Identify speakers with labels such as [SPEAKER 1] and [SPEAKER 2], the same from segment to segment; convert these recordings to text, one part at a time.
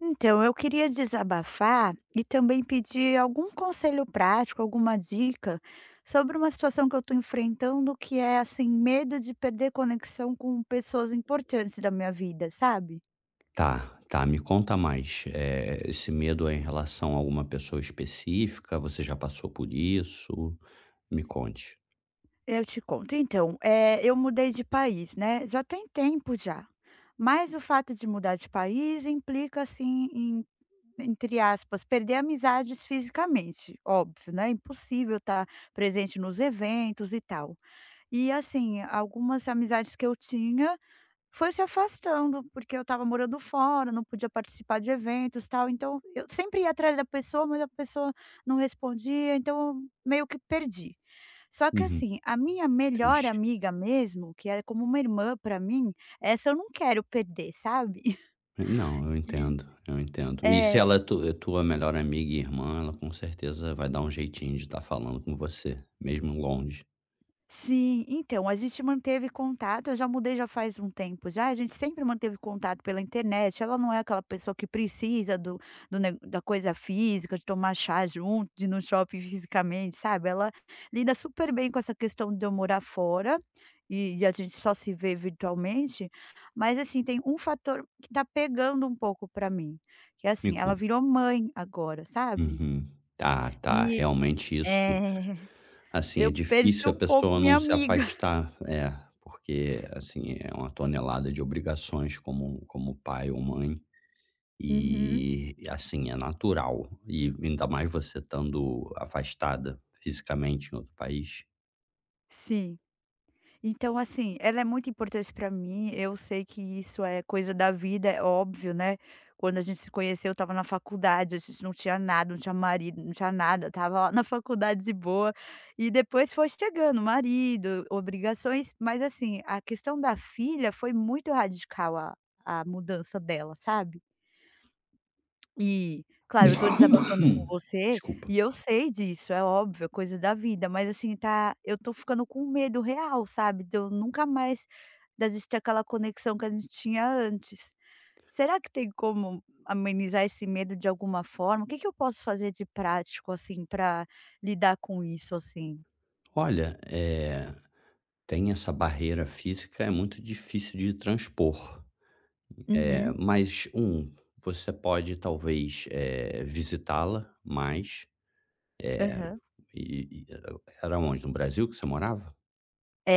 [SPEAKER 1] Então, eu queria desabafar e também pedir algum conselho prático, alguma dica sobre uma situação que eu estou enfrentando, que é assim, medo de perder conexão com pessoas importantes da minha vida, sabe?
[SPEAKER 2] Tá, tá. Me conta mais. Esse medo é em relação a alguma pessoa específica? Você já passou por isso? Me conte.
[SPEAKER 1] Eu te conto. Então, eu mudei de país, né? Já tem tempo já. Mas o fato de mudar de país implica, assim, em, entre aspas, perder amizades fisicamente. Óbvio, né? Impossível estar presente nos eventos e tal. E assim, algumas amizades que eu tinha foi se afastando, porque eu estava morando fora, não podia participar de eventos, tal, então eu sempre ia atrás da pessoa, mas a pessoa não respondia, então eu meio que perdi. Só que
[SPEAKER 2] Uhum.
[SPEAKER 1] assim, a minha melhor
[SPEAKER 2] Triste.
[SPEAKER 1] amiga mesmo, que é como uma irmã para mim, essa eu não quero perder, sabe?
[SPEAKER 2] Não, eu
[SPEAKER 1] E
[SPEAKER 2] entendo, eu entendo. E se
[SPEAKER 1] é.
[SPEAKER 2] ela é tu é tua melhor amiga e irmã, ela com certeza vai dar um jeitinho de estar falando com você, mesmo longe.
[SPEAKER 1] Sim, então, a gente manteve contato, eu já mudei já faz um tempo já, a gente sempre manteve contato pela internet, ela não é aquela pessoa que precisa do do ne da coisa física, de tomar chá junto, de ir no shopping fisicamente, sabe, ela lida super bem com essa questão de eu morar fora, e a gente só se vê virtualmente, mas assim, tem um fator que tá pegando um pouco para mim, que é
[SPEAKER 2] Me
[SPEAKER 1] assim, ela
[SPEAKER 2] conta.
[SPEAKER 1] virou mãe agora, sabe,
[SPEAKER 2] Uhum. Tá, tá.
[SPEAKER 1] e
[SPEAKER 2] Realmente isso,
[SPEAKER 1] é,
[SPEAKER 2] assim,
[SPEAKER 1] eu
[SPEAKER 2] é
[SPEAKER 1] perdi
[SPEAKER 2] difícil a
[SPEAKER 1] um pouco
[SPEAKER 2] pessoa não
[SPEAKER 1] minha
[SPEAKER 2] se
[SPEAKER 1] amiga.
[SPEAKER 2] afastar, é, porque, assim, é uma tonelada de obrigações como pai ou mãe.
[SPEAKER 1] Uhum.
[SPEAKER 2] E, assim, é natural, e ainda mais você estando afastada fisicamente em outro país.
[SPEAKER 1] Sim. Então, assim, ela é muito importante para mim, eu sei que isso é coisa da vida, é óbvio, né. Quando a gente se conheceu, eu estava na faculdade, a gente não tinha nada, não tinha marido, não tinha nada, tava lá na faculdade de boa, e depois foi chegando marido, obrigações, mas assim, a questão da filha foi muito radical a mudança dela, sabe. E, claro, eu tô desabafando com você,
[SPEAKER 2] Desculpa.
[SPEAKER 1] e eu sei disso, é óbvio, é coisa da vida, mas assim, tá eu tô ficando com medo real, sabe, de eu nunca mais da gente ter aquela conexão que a gente tinha antes. Será que tem como amenizar esse medo de alguma forma? O que que eu posso fazer de prático, assim, pra lidar com isso, assim?
[SPEAKER 2] Olha, tem essa barreira física, é muito difícil de transpor.
[SPEAKER 1] Uhum,
[SPEAKER 2] Mas, você pode talvez, visitá-la mais.
[SPEAKER 1] aham.
[SPEAKER 2] E e eh, era onde? No Brasil que você morava?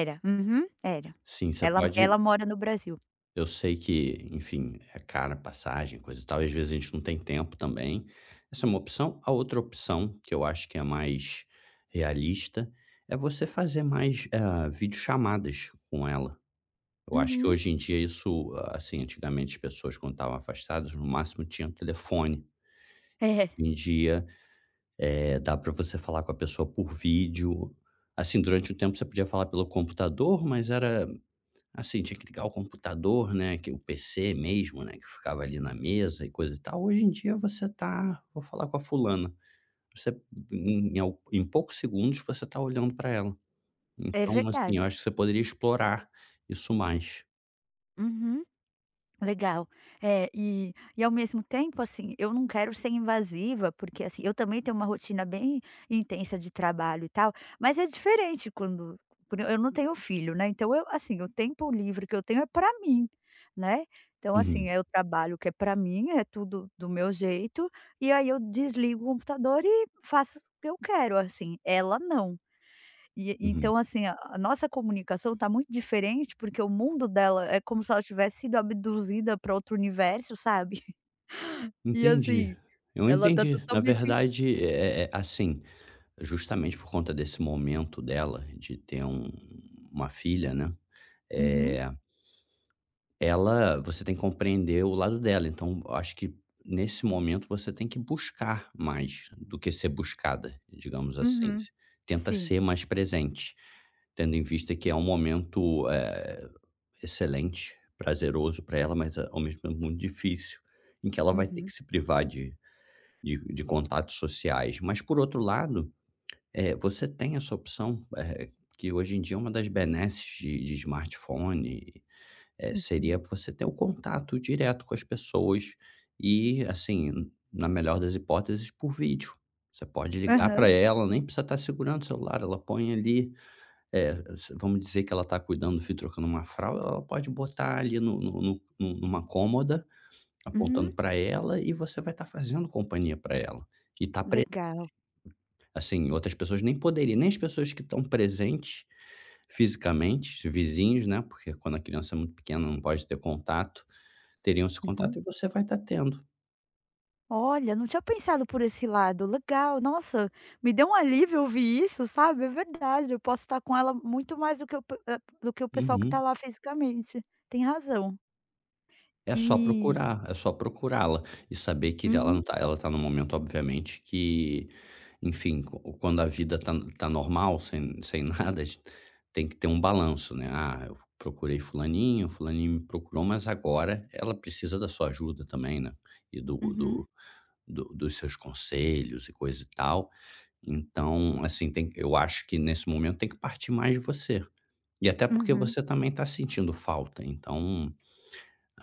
[SPEAKER 1] Era, uhum, era.
[SPEAKER 2] Sim, você
[SPEAKER 1] Ela
[SPEAKER 2] pode.
[SPEAKER 1] ela mora no Brasil.
[SPEAKER 2] Eu sei que, enfim, é cara a passagem, coisa e tal, e às vezes a gente não tem tempo também. Essa é uma opção. A outra opção, que eu acho que é mais realista, é você fazer mais videochamadas com ela. Eu acho que
[SPEAKER 1] Uhum.
[SPEAKER 2] hoje em dia isso, ah, assim, antigamente as pessoas quando estavam afastadas, no máximo tinham telefone.
[SPEAKER 1] É,
[SPEAKER 2] Hoje em dia dá para você falar com a pessoa por vídeo. Assim, durante um tempo você podia falar pelo computador, mas era. Assim, tinha que ligar o computador, né, que o PC mesmo, né, que ficava ali na mesa e coisa e tal. Hoje em dia você tá: "Vou falar com a fulana". Você em em al em poucos segundos você tá olhando para ela.
[SPEAKER 1] é
[SPEAKER 2] Então, assim,
[SPEAKER 1] verdade.
[SPEAKER 2] eu acho que você poderia explorar isso mais.
[SPEAKER 1] Uhum. Legal. É, e ao mesmo tempo, assim, eu não quero ser invasiva, porque, assim, eu também tenho uma rotina bem intensa de trabalho e tal, mas é diferente quando por eu não tenho filho, né, então eu, assim, o tempo livre que eu tenho é para mim, né, então, assim,
[SPEAKER 2] Uhum,
[SPEAKER 1] é o trabalho que é para mim, é tudo do meu jeito, e aí eu desligo o computador e faço o que eu quero, assim, ela não. E
[SPEAKER 2] uhum.
[SPEAKER 1] então, assim, a nossa comunicação tá muito diferente, porque o mundo dela é como se ela tivesse sido abduzida para outro universo, sabe. E
[SPEAKER 2] Entendi.
[SPEAKER 1] assim,
[SPEAKER 2] Eu
[SPEAKER 1] ela tá
[SPEAKER 2] entendi. Na
[SPEAKER 1] totalmente.
[SPEAKER 2] verdade, é assim, justamente por conta desse momento dela de ter uma filha, né,
[SPEAKER 1] Uhum.
[SPEAKER 2] eh ela, você tem que compreender o lado dela, então eu acho que nesse momento você tem que buscar mais do que ser buscada, digamos assim.
[SPEAKER 1] Uhum.
[SPEAKER 2] Tenta
[SPEAKER 1] Sim.
[SPEAKER 2] ser mais presente, tendo em vista que é um momento, excelente, prazeroso para ela, mas ao mesmo tempo muito difícil, em que ela vai ter que
[SPEAKER 1] Uhum.
[SPEAKER 2] se privar de contatos sociais. Mas por outro lado, você tem essa opção, que hoje em dia é uma das benesses de smartphone,
[SPEAKER 1] Uhum.
[SPEAKER 2] seria você ter o contato direto com as pessoas e, assim, na melhor das hipóteses, por vídeo. Você pode ligar para
[SPEAKER 1] Aham.
[SPEAKER 2] ela, nem precisa estar segurando o celular, ela põe ali, eh, s vamos dizer que ela está cuidando do filho, trocando uma fralda, ela pode botar ali no no no nu numa cômoda, apontando
[SPEAKER 1] Uhum.
[SPEAKER 2] para ela e você vai estar fazendo companhia para ela. E tá pre
[SPEAKER 1] Legal.
[SPEAKER 2] assim, outras pessoas nem poderiam, nem as pessoas que estão presentes fisicamente, vizinhos, né, porque quando a criança é muito pequena não pode ter contato. Teriam esse
[SPEAKER 1] Uhum.
[SPEAKER 2] contato e você vai estar tendo.
[SPEAKER 1] Olha, não tinha pensado por esse lado. Legal, nossa, me deu um alívio ouvir isso, sabe. É verdade, eu posso estar com ela muito mais do que o do que o pessoal que tá
[SPEAKER 2] Uhum.
[SPEAKER 1] lá fisicamente. Tem razão.
[SPEAKER 2] É só
[SPEAKER 1] E
[SPEAKER 2] procurar, é só procurá-la e saber que ela não
[SPEAKER 1] uhum.
[SPEAKER 2] tá ela tá num momento, obviamente, que, enfim, qu quando a vida tá normal, sem nada, a gente tem que ter um balanço, né. "Ah, eu procurei fulaninho, fulaninho me procurou, mas agora ela precisa da sua ajuda também, né, e do
[SPEAKER 1] Uhum.
[SPEAKER 2] do do dos seus conselhos e coisa e tal". Então, assim, tem eu acho que nesse momento tem que partir mais de você. E até porque
[SPEAKER 1] Uhum.
[SPEAKER 2] você também está sentindo falta, então,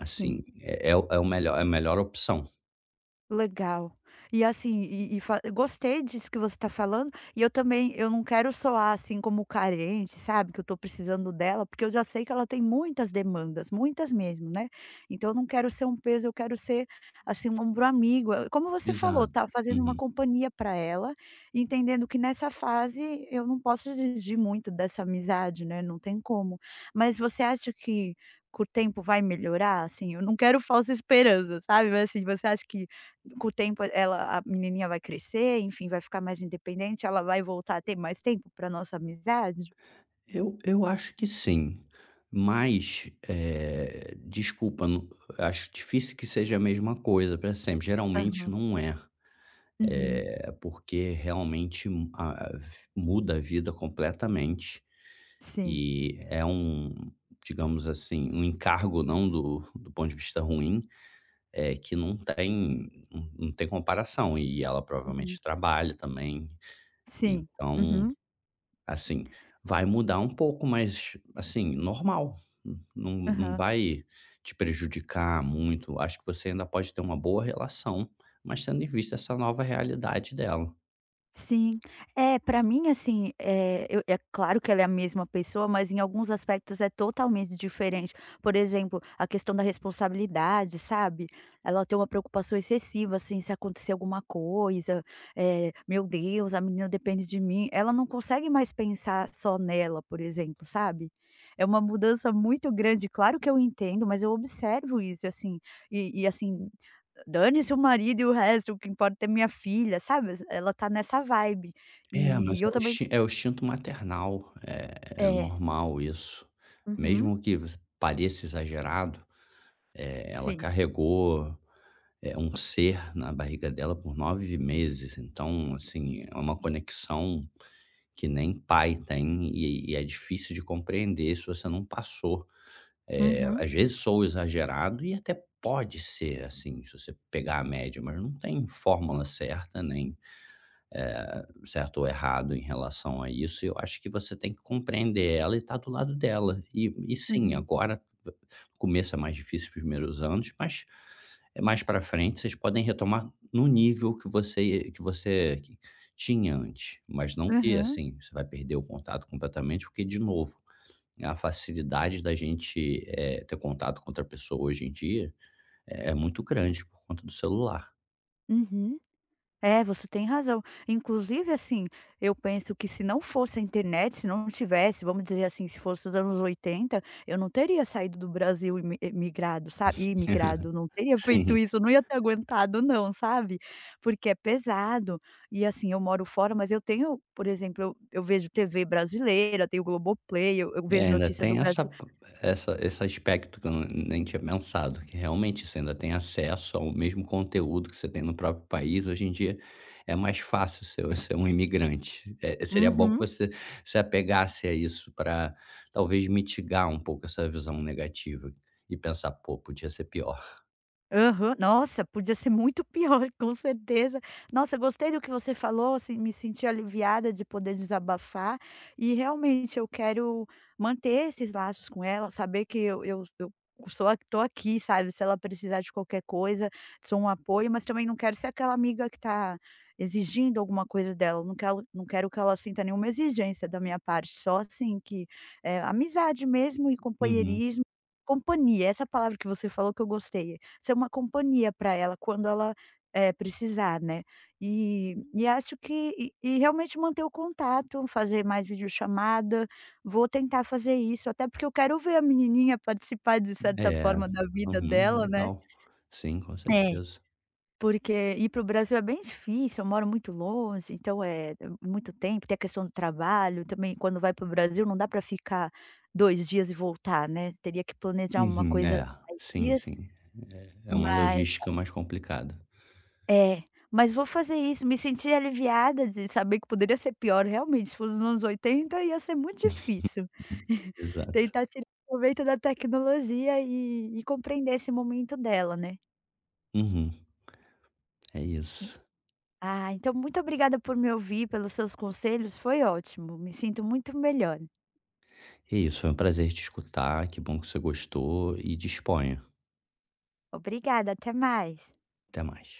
[SPEAKER 1] Sim.
[SPEAKER 2] é é o é o melhor é a melhor opção.
[SPEAKER 1] Legal. E assim, e fa gostei disso que você está falando, e eu também eu não quero soar, assim, como carente, sabe, que eu estou precisando dela, porque eu já sei que ela tem muitas demandas, muitas mesmo, né. Então eu não quero ser um peso, eu quero ser, assim, um ombro amigo. Como você falou,
[SPEAKER 2] Exato.
[SPEAKER 1] tá fazendo uma
[SPEAKER 2] Uhum.
[SPEAKER 1] companhia para ela, entendendo que nessa fase eu não posso exigir muito dessa amizade, né, não tem como. Mas você acha que com o tempo vai melhorar, assim? Eu não quero falsa esperança, sabe, mas assim, você acha que com o tempo ela a menininha vai crescer, enfim, vai ficar mais independente, ela vai voltar a ter mais tempo para nossa amizade?
[SPEAKER 2] Eu acho que sim, mas, desculpa, não, acho difícil que seja a mesma coisa para sempre, geralmente
[SPEAKER 1] Aham.
[SPEAKER 2] não é.
[SPEAKER 1] Uhum.
[SPEAKER 2] É porque realmente mu a Muda a vida completamente
[SPEAKER 1] Sim.
[SPEAKER 2] e é um, digamos assim, um encargo não do ponto de vista ruim, que não tem comparação, e ela
[SPEAKER 1] Uhum.
[SPEAKER 2] provavelmente trabalha também.
[SPEAKER 1] Sim.
[SPEAKER 2] Então,
[SPEAKER 1] Uhum.
[SPEAKER 2] assim, vai mudar um pouco, mas, assim, normal. Não
[SPEAKER 1] Aham.
[SPEAKER 2] vai te prejudicar muito. Acho que você ainda pode ter uma boa relação, mas tendo em vista essa nova realidade dela.
[SPEAKER 1] Sim. É, para mim, assim, é eu é claro que ela é a mesma pessoa, mas em alguns aspectos é totalmente diferente. Por exemplo, a questão da responsabilidade, sabe. Ela tem uma preocupação excessiva, assim, se acontecer alguma coisa, é "Meu Deus, a menina depende de mim". Ela não consegue mais pensar só nela, por exemplo, sabe. É uma mudança muito grande. Claro que eu entendo, mas eu observo isso, assim. E assim, dane-se o marido e o resto, o que importa é minha filha, sabe, ela tá nessa vibe.
[SPEAKER 2] É, mas
[SPEAKER 1] E
[SPEAKER 2] é
[SPEAKER 1] eu
[SPEAKER 2] o
[SPEAKER 1] também
[SPEAKER 2] instin é o instinto maternal, é
[SPEAKER 1] é.
[SPEAKER 2] normal isso.
[SPEAKER 1] Uhum.
[SPEAKER 2] Mesmo que v pareça exagerado, ela
[SPEAKER 1] Sim.
[SPEAKER 2] carregou é um ser na barriga dela por 9 meses, então, assim, é uma conexão que nem pai tem e é difícil de compreender se você não passou.
[SPEAKER 1] Uhum.
[SPEAKER 2] Às vezes sou exagerado e até pode ser, assim, se você pegar a média, mas não tem fórmula certa, nem certo ou errado em relação a isso, eu acho que você tem que compreender ela e estar do lado dela. Sim,
[SPEAKER 1] Uhum.
[SPEAKER 2] agora, começa mais difícil, os primeiros anos, mas é mais para frente, vocês podem retomar no nível que você que você que tinha antes, mas não que,
[SPEAKER 1] Aham.
[SPEAKER 2] assim, você vai perder o contato completamente, porque, de novo, a facilidade da gente, ter contato com outra pessoa hoje em dia é muito grande por conta do celular.
[SPEAKER 1] Uhum. É, você tem razão. Inclusive, assim, eu penso que se não fosse a internet, se não tivesse, vamos dizer assim, se fosse os anos 80, eu não teria saído do Brasil e migrado, sabe, e imigrado, não teria
[SPEAKER 2] Sim.
[SPEAKER 1] feito isso, não ia ter aguentado não, sabe. Porque é pesado, e assim, eu moro fora, mas eu tenho, por exemplo, eu vejo TV brasileira, tenho Globoplay, eu
[SPEAKER 2] É,
[SPEAKER 1] vejo
[SPEAKER 2] ainda
[SPEAKER 1] notícia do
[SPEAKER 2] tem essa
[SPEAKER 1] Brasil.
[SPEAKER 2] essa esse aspecto que eu nem tinha pensado, que realmente você ainda tem acesso ao mesmo conteúdo que você tem no próprio país. Hoje em dia é mais fácil ser ser um imigrante. Seria bom que
[SPEAKER 1] Uhum.
[SPEAKER 2] você se apegasse a isso para talvez mitigar um pouco essa visão negativa e pensar: "Pô, podia ser pior".
[SPEAKER 1] Aham. Nossa, podia ser muito pior, com certeza. Nossa, gostei do que você falou, assim, me senti aliviada de poder desabafar e realmente eu quero manter esses laços com ela, saber que eu sou a tô aqui, sabe, se ela precisar de qualquer coisa, sou um apoio, mas também não quero ser aquela amiga que tá exigindo alguma coisa dela, não quero que ela sinta nenhuma exigência da minha parte, só assim que, amizade mesmo e
[SPEAKER 2] Uhum.
[SPEAKER 1] companheirismo, companhia, essa palavra que você falou que eu gostei, ser uma companhia para ela quando ela, precisar, né. Acho que realmente manter o contato, fazer mais videochamada, vou tentar fazer isso, até porque eu quero ver a menininha participar de certa
[SPEAKER 2] É.
[SPEAKER 1] forma da vida
[SPEAKER 2] Uhum,
[SPEAKER 1] dela, né.
[SPEAKER 2] legal. Sim, com
[SPEAKER 1] É,
[SPEAKER 2] certeza.
[SPEAKER 1] porque ir para o Brasil é bem difícil, eu moro muito longe, então é muito tempo, tem a questão do trabalho, também quando vai para o Brasil não dá para ficar 2 dias e voltar, né, teria que planejar uma
[SPEAKER 2] Uhum,
[SPEAKER 1] coisa de
[SPEAKER 2] é.
[SPEAKER 1] mais
[SPEAKER 2] Sim,
[SPEAKER 1] dias,
[SPEAKER 2] sim. É é uma
[SPEAKER 1] mas
[SPEAKER 2] logística mais complicada.
[SPEAKER 1] é, mas vou fazer isso, me senti aliviada de saber que poderia ser pior, realmente, se fosse nos anos 80 ia ser muito difícil.
[SPEAKER 2] Exato.
[SPEAKER 1] Tentar tirar proveito da tecnologia compreender esse momento dela, né.
[SPEAKER 2] Uhum, é isso.
[SPEAKER 1] Ah, então muito obrigada por me ouvir, pelos seus conselhos, foi ótimo, me sinto muito melhor.
[SPEAKER 2] É isso, foi um prazer te escutar, que bom que você gostou e disponha.
[SPEAKER 1] Obrigada, até mais.
[SPEAKER 2] Até mais.